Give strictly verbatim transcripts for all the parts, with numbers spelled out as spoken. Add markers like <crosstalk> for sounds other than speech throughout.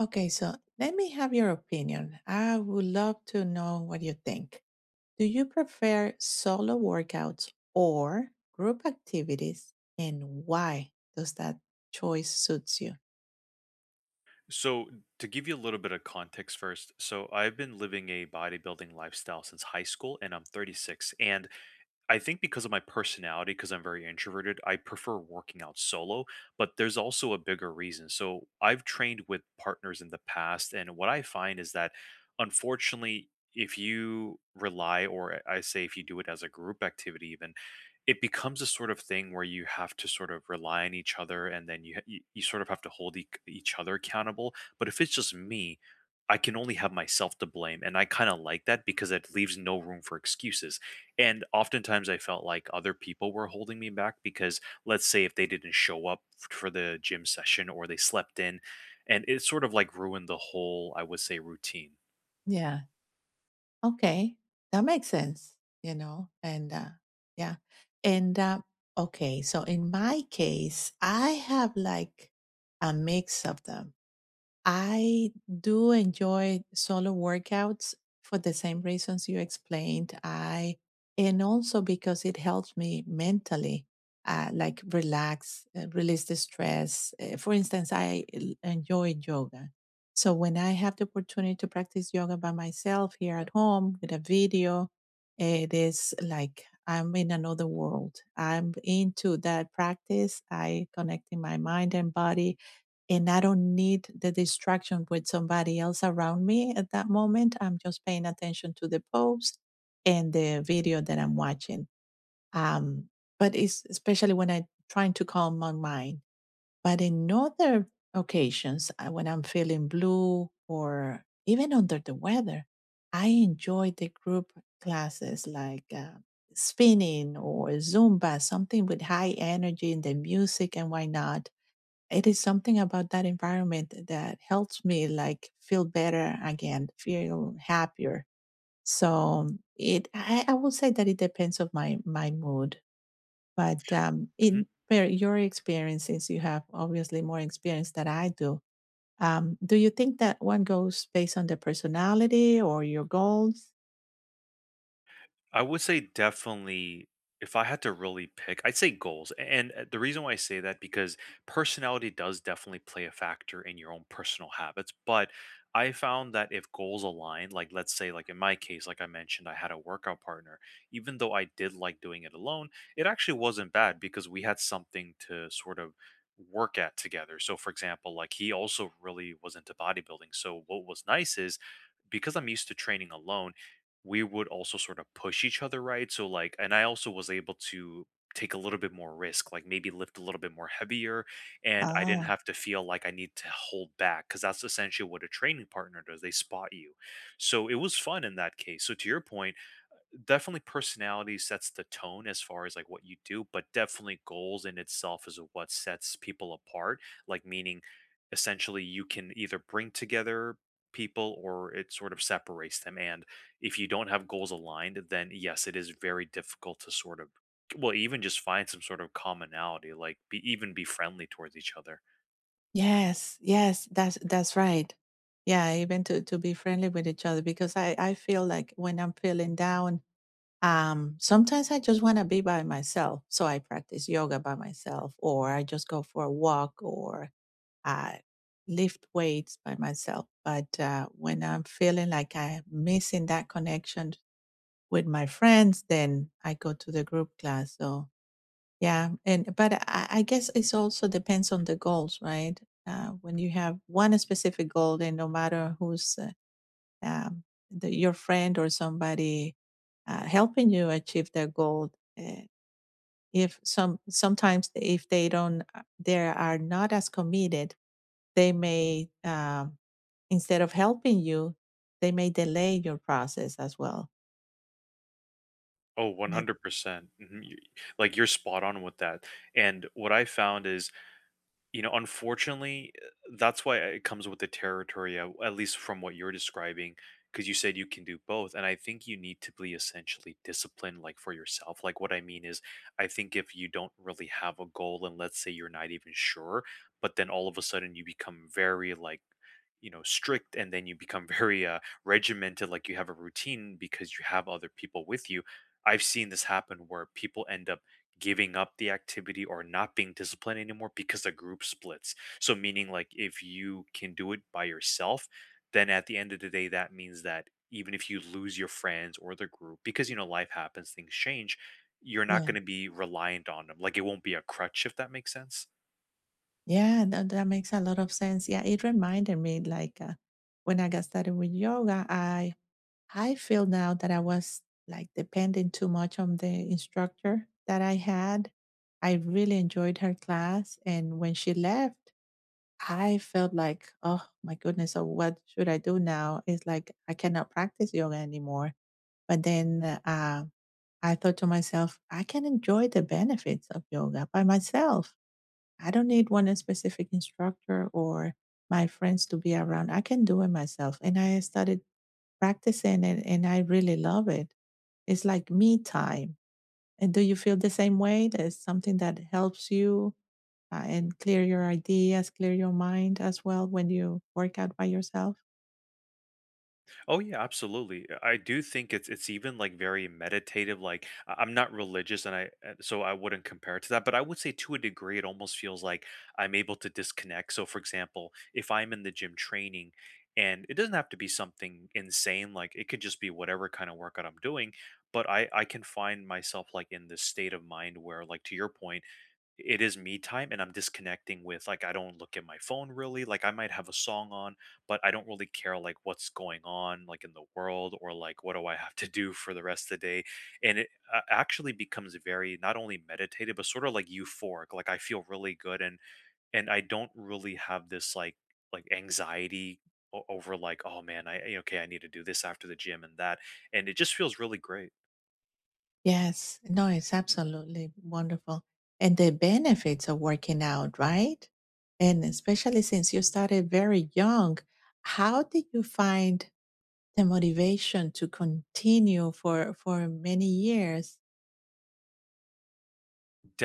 Okay, so let me have your opinion. I would love to know what you think. Do you prefer solo workouts or group activities, and why does that choice suits you? So, to give you a little bit of context first, so I've been living a bodybuilding lifestyle since high school and I'm thirty-six. And I think because of my personality, because I'm very introverted, I prefer working out solo, but there's also a bigger reason. So I've trained with partners in the past, and what I find is that unfortunately, if you rely, or I I say if you do it as a group activity, even it becomes a sort of thing where you have to sort of rely on each other and then you, you, you sort of have to hold e- each other accountable. But if it's just me, I can only have myself to blame. And I kind of like that because it leaves no room for excuses and oftentimes I felt like other people were holding me back because let's say if they didn't show up f- for the gym session or they slept in and it sort of like ruined the whole I would say routine. Yeah. Okay, that makes sense, you know, and, uh, yeah, and, uh okay, so in my case, I have, like, a mix of them. I do enjoy solo workouts for the same reasons you explained. I And also because it helps me mentally, uh, like relax, uh, release the stress. Uh, for instance, I l- enjoy yoga. So when I have the opportunity to practice yoga by myself here at home with a video, it is like I'm in another world. I'm into that practice. I connect in my mind and body and I don't need the distraction with somebody else around me at that moment. I'm just paying attention to the post and the video that I'm watching. Um, but it's especially when I'm trying to calm my mind. But in other occasions, uh, when I'm feeling blue or even under the weather, I enjoy the group classes like uh, spinning or Zumba, something with high energy and the music, and why not, it is something about that environment that helps me like feel better again, feel happier. So it i, I will say that it depends of my my mood. But um in per your experiences, you have obviously more experience than I do. Um do you think that one goes based on the personality or your goals? I would say definitely if I had to really pick, I'd say goals. A- And uh, the reason why I say that because personality does definitely play a factor in your own personal habits, but I found that if goals align, like let's say like in my case like I mentioned I had a workout partner, even though I did like doing it alone, it actually wasn't bad because we had something to sort of work at together. So for example, like he also really was into bodybuilding. So what was nice is because I'm used to training alone, we would also sort of push each other, right? So like, and I also was able to take a little bit more risk, like maybe lift a little bit more heavier, and I didn't Ah, have to feel like I need to hold back because that's essentially what a training partner does. They spot you. So it was fun in that case. So to your point, definitely personality sets the tone as far as like what you do, but definitely goals in itself is what sets people apart. Like meaning essentially you can either bring together people or it sort of separates them. And if you don't have goals aligned, then yes, it is very difficult to sort of well, even just find some sort of commonality, like be even be friendly towards each other. yes yes that's that's right. Yeah, even to to be friendly with each other, because i i feel like when I'm feeling down. Um, sometimes I just want to be by myself. So I practice yoga by myself, or I just go for a walk, or I lift weights by myself. But uh, when I'm feeling like I'm missing that connection with my friends, then I go to the group class. So yeah. And, but I, I guess it's also depends on the goals, right? Uh, when you have one specific goal, then no matter who's uh, um, the, your friend or somebody uh, helping you achieve their goal. Uh, if some sometimes if they don't, uh, they are not as committed, they may um, instead of helping you, they may delay your process as well. Oh, And I- one hundred percent. Mhm. You- Like you're spot on with that. And what I found is You know, unfortunately, uh, that's why it comes with the territory, at at least from what you're describing, because you said you can do both. And I think you need to be essentially disciplined, like for yourself. Like, what I mean is, I think if you don't really have a goal, and let's say you're not even sure, but then all of a sudden you become very, like, you know, strict, and then you become <laughs> very uh, regimented, like you have a routine because you have other people with you. I've seen this happen where people end up giving up the activity or not being disciplined anymore because the group splits. So meaning like if you can do it by yourself, then at the end of the day that means that even if you lose your friends or the group because you know life happens, things change, you're not Yeah, going to be reliant on them. Like it won't be a crutch if that makes sense. yeah, that, that makes a lot of sense. Yeah, it reminded me like uh, when I got started with yoga, I I feel now that I was like depending too much on the instructor that I had. I really enjoyed her class. And when she left, I felt like, oh my goodness, so what should I do now? It's like I cannot practice yoga anymore. But then uh, I thought to myself, I can enjoy the benefits of yoga by myself. I don't need one specific instructor or my friends to be around. I can do it myself. And I started practicing it and I really love it. It's like me time. And do you feel the same way? There's something that helps you uh, and clear your ideas, clear your mind as well when you work out by yourself? Oh yeah, absolutely. uh, I do think it's it's even like very meditative. Like I- I'm not religious, and I uh, so I wouldn't compare it to that. But I would say to a degree, it almost feels like I'm able to disconnect. So for example, if I'm in the gym training, and it doesn't have to be something insane. Like it could just be whatever kind of workout I'm doing. But I I can find myself like in this state of mind where, like to your point it is me time and I'm disconnecting with like I don't look at my phone really. Like I might have a song on, but I don't really care like what's going on like in the world or like what do I have to do for the rest of the day. And it uh, actually becomes very not only meditative but sort of like euphoric. Like I feel really good and and I don't really have this like like anxiety o- over like oh man I eh, okay I need to do this after the gym and that and it just feels really great. Yes, no, it's absolutely wonderful. And the benefits of working out, right? And especially since you started very young, how did you find the motivation to continue for for many years?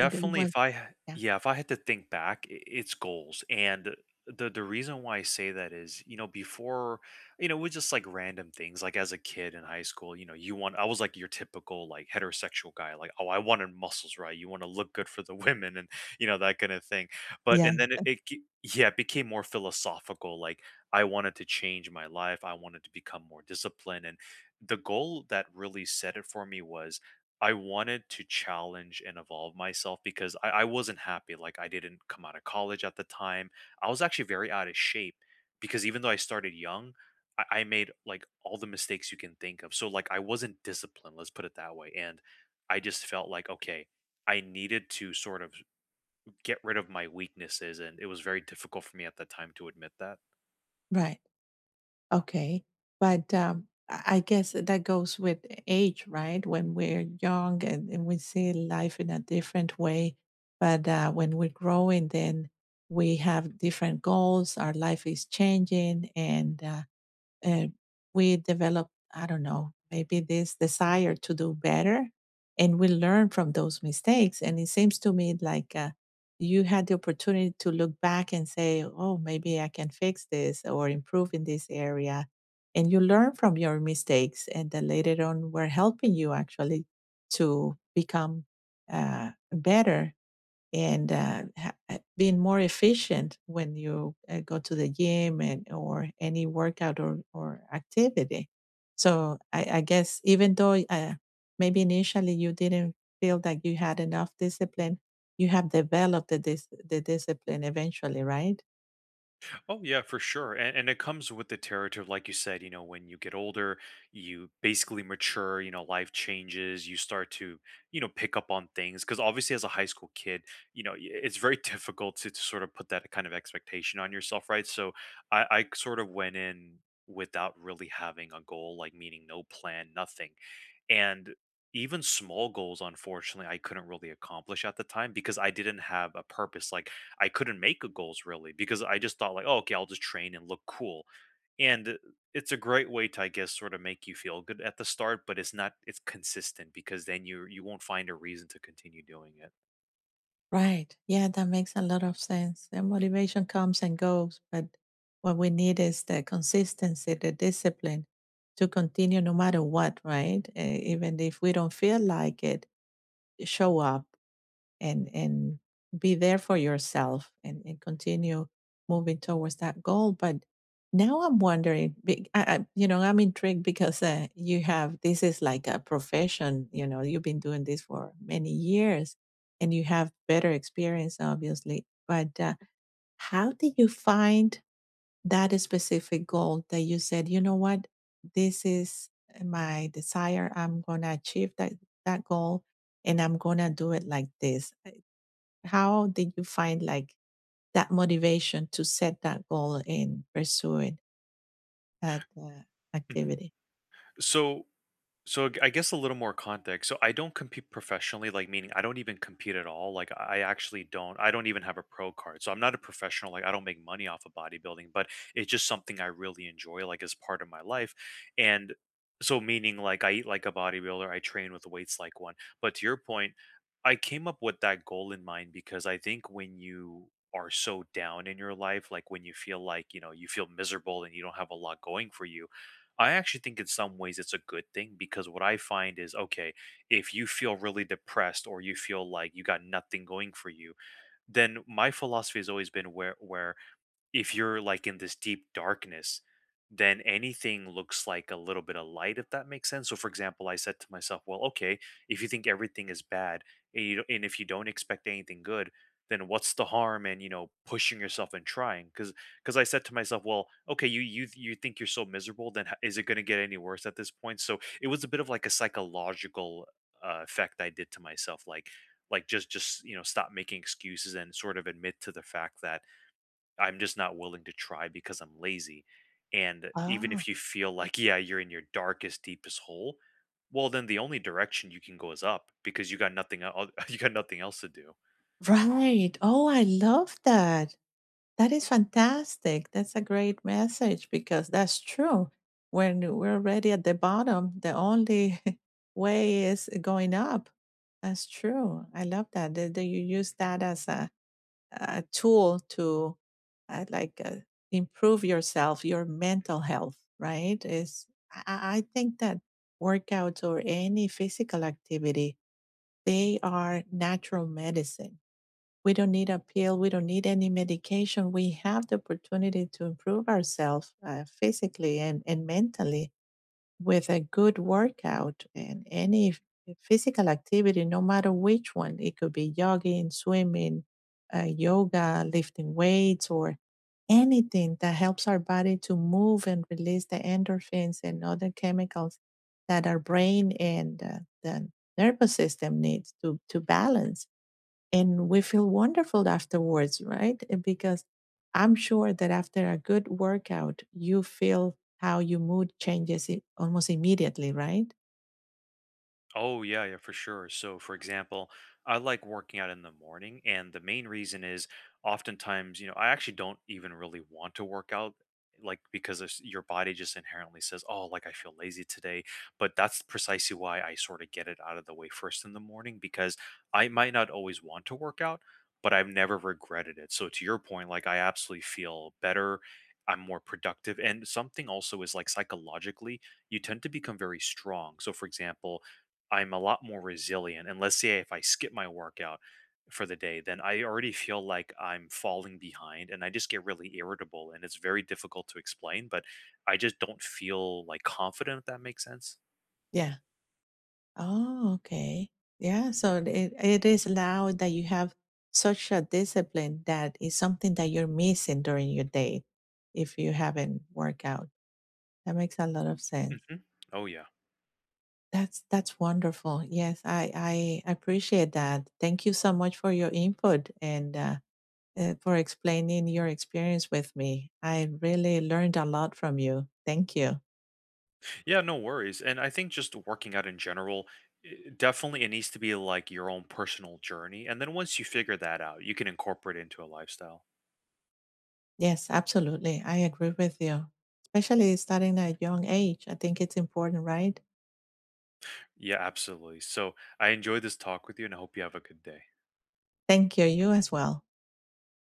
It if was I yeah. yeah, if I had to think back, I it's goals, and the the reason why I say that is, you know, before, you know, with just like random things, like as a kid in high school, you know, you want I was like your typical like heterosexual guy, like, oh, I wanted muscles, right? You want to look good for the <laughs> women and you know that kind of thing. But Yeah, and then it, it ge- yeah, it became more philosophical. Like I wanted to change my life, I wanted to become more disciplined, and the goal that really set it for me was. I wanted to challenge and evolve myself because I, I wasn't happy. Like I didn't come out of college at the time. I was actually very out of shape because even though I started young, I, I made like all the mistakes you can think of. So like I wasn't disciplined, let's put it that way. And I just felt like, okay, I needed to sort of get rid of my weaknesses. And it was very difficult for me at the time to admit that. right. Okay. But um, I I guess that goes with age, right? When we're young and, and we see life in a different way. But uh, when we're growing, then we have different goals. Our life is changing. And uh, uh, we develop, I don't know, maybe this desire to do better, and we learn from those mistakes. And it seems to me like uh, you had the opportunity to look back and say, oh, maybe I can fix this or improve in this area. And you learn from your mistakes. And then later on, we're helping you actually to become uh, better and uh, ha- uh, being more efficient when you uh, go to the gym and or any workout, or, or activity. So I, I guess even though uh, maybe initially you didn't feel that you had enough discipline, you have developed the dis- the discipline eventually, right? Oh yeah, for sure. And and it comes with the territory, like you said, you know, when you get older, you basically mature, you know, life changes, you start to, you know, pick up on things. Cause obviously as a high school kid, you know, y- it's very <laughs> difficult to, to sort of put that kind of expectation on yourself, right? So I, I sort of went in without really having a goal, like meaning no plan, nothing. And even small goals, unfortunately, I couldn't really accomplish at the time because I didn't have a purpose. Like I couldn't make a goals really because I just thought like, oh, okay, I'll just train and look cool. And uh, it's a great way to, I guess, sort of make you feel good at the start, but it's not it's consistent because then you you won't find a reason to continue doing it. Right. Yeah, that makes a lot of sense. The motivation comes and goes, but what we need is the consistency, the discipline to continue no matter what, right? Eh, even if we don't feel like it, show up and and be there for yourself, and, and continue moving towards that goal. But now i'm wondering be- I, I, you know, I'm intrigued because uh, you have this is like a profession, you know, you've been doing this for many years, and you have better experience obviously. But uh, how did you find that specific goal that you said, you know what, this is my desire, I'm going to achieve that that goal, and I'm going to do it like this. How did you find like that motivation to set that goal and pursuing that uh, Mhm. activity? So So I guess a little more context. So I don't compete professionally, like meaning I don't even compete at all. Like I actually don't. I don't even have a pro card, so I'm not a professional. Like I don't make money off of bodybuilding, but it's just something I really enjoy, like as part of my life. And so meaning like I eat like a bodybuilder, I train with weights like one. But to your point, I came up with that goal in mind because I think when you are so down in your life, like when you feel like you know you feel miserable and you don't have a lot going for you I actually think in some ways it's a good thing because what I find is okay, if you feel really depressed or you feel like you got nothing going for you, then my philosophy has always been where where if you're like in this deep darkness, then anything looks like a little bit of light, if that makes sense. So, for example, I said to myself, well, okay, if you think everything is bad and, you, and if you don't expect anything good, then what's the harm in you know pushing yourself and trying? Because because I said to myself, well, okay, you you you think you're so miserable, then h- is it going to get any worse at this point? So it was a bit of like a psychological uh, effect I did to myself, like like just just you know stop making excuses and sort of admit to the fact that I'm just not willing to try because I'm lazy. And even Oh, if you feel like, yeah, you're in your darkest, deepest hole, well, then the only direction you can go is up because you got nothing el- <laughs> you got nothing else to do. right. Oh, I love that. That is fantastic. That's a great message because that's true. When we're already at the bottom, the only <laughs> way is going up. That's true. I love that. Do you use that as a a tool to uh, like uh, improve yourself, your mental health, right? Is I, I I think that workouts or any physical activity, they are natural medicine. We don't need a pill. We don't need any medication. We have the opportunity to improve ourselves uh, physically and, and mentally with a good workout and any f- physical activity, no matter which one, it could be jogging, swimming, uh, yoga, lifting weights, or anything that helps our body to move and release the endorphins and other chemicals that our brain and uh, the nervous system needs to, to balance, and we feel wonderful afterwards, right? Uh, because I'm sure that after a good workout, you feel how your mood changes i- almost immediately, right? Oh, yeah, yeah, for sure. So, for example, I like working out in the morning. And the main reason is oftentimes, you know, I actually don't even really want to work out, like because it's- your body just inherently says, oh, like I feel lazy today. But that's precisely why I sort of get it out of the way first in the morning because I might not always want to work out, but I've never regretted it. So, to your point, like I absolutely feel better. I'm more productive. And something also is like psychologically, you tend to become very strong. So, for example, I'm a lot more resilient. And let's say if I skip my workout for the day, then I already feel like I'm falling behind and I just get really irritable. And it's very difficult to explain, but I just don't feel like confident, if that makes sense. Yeah. Oh, okay. Yeah. So it, it is loud that you have such a discipline that is something that you're missing during your day if you haven't worked out. That makes a lot of sense. Hmm. Oh, yeah. That's that's wonderful. Yes, I I appreciate that. Thank you so much for your input, and uh, uh, for explaining your experience with me. I really learned a lot from you. Thank you. Yeah, no worries. And I think just working out in general, i- definitely it needs to be like your own personal journey. And then once you figure that out, you can incorporate it into a lifestyle. Yes, absolutely. I agree with you. Especially starting at a young age. I think it's important, right? Yeah, absolutely. So I enjoyed this talk with you and I hope you have a good day. Thank you. You as well.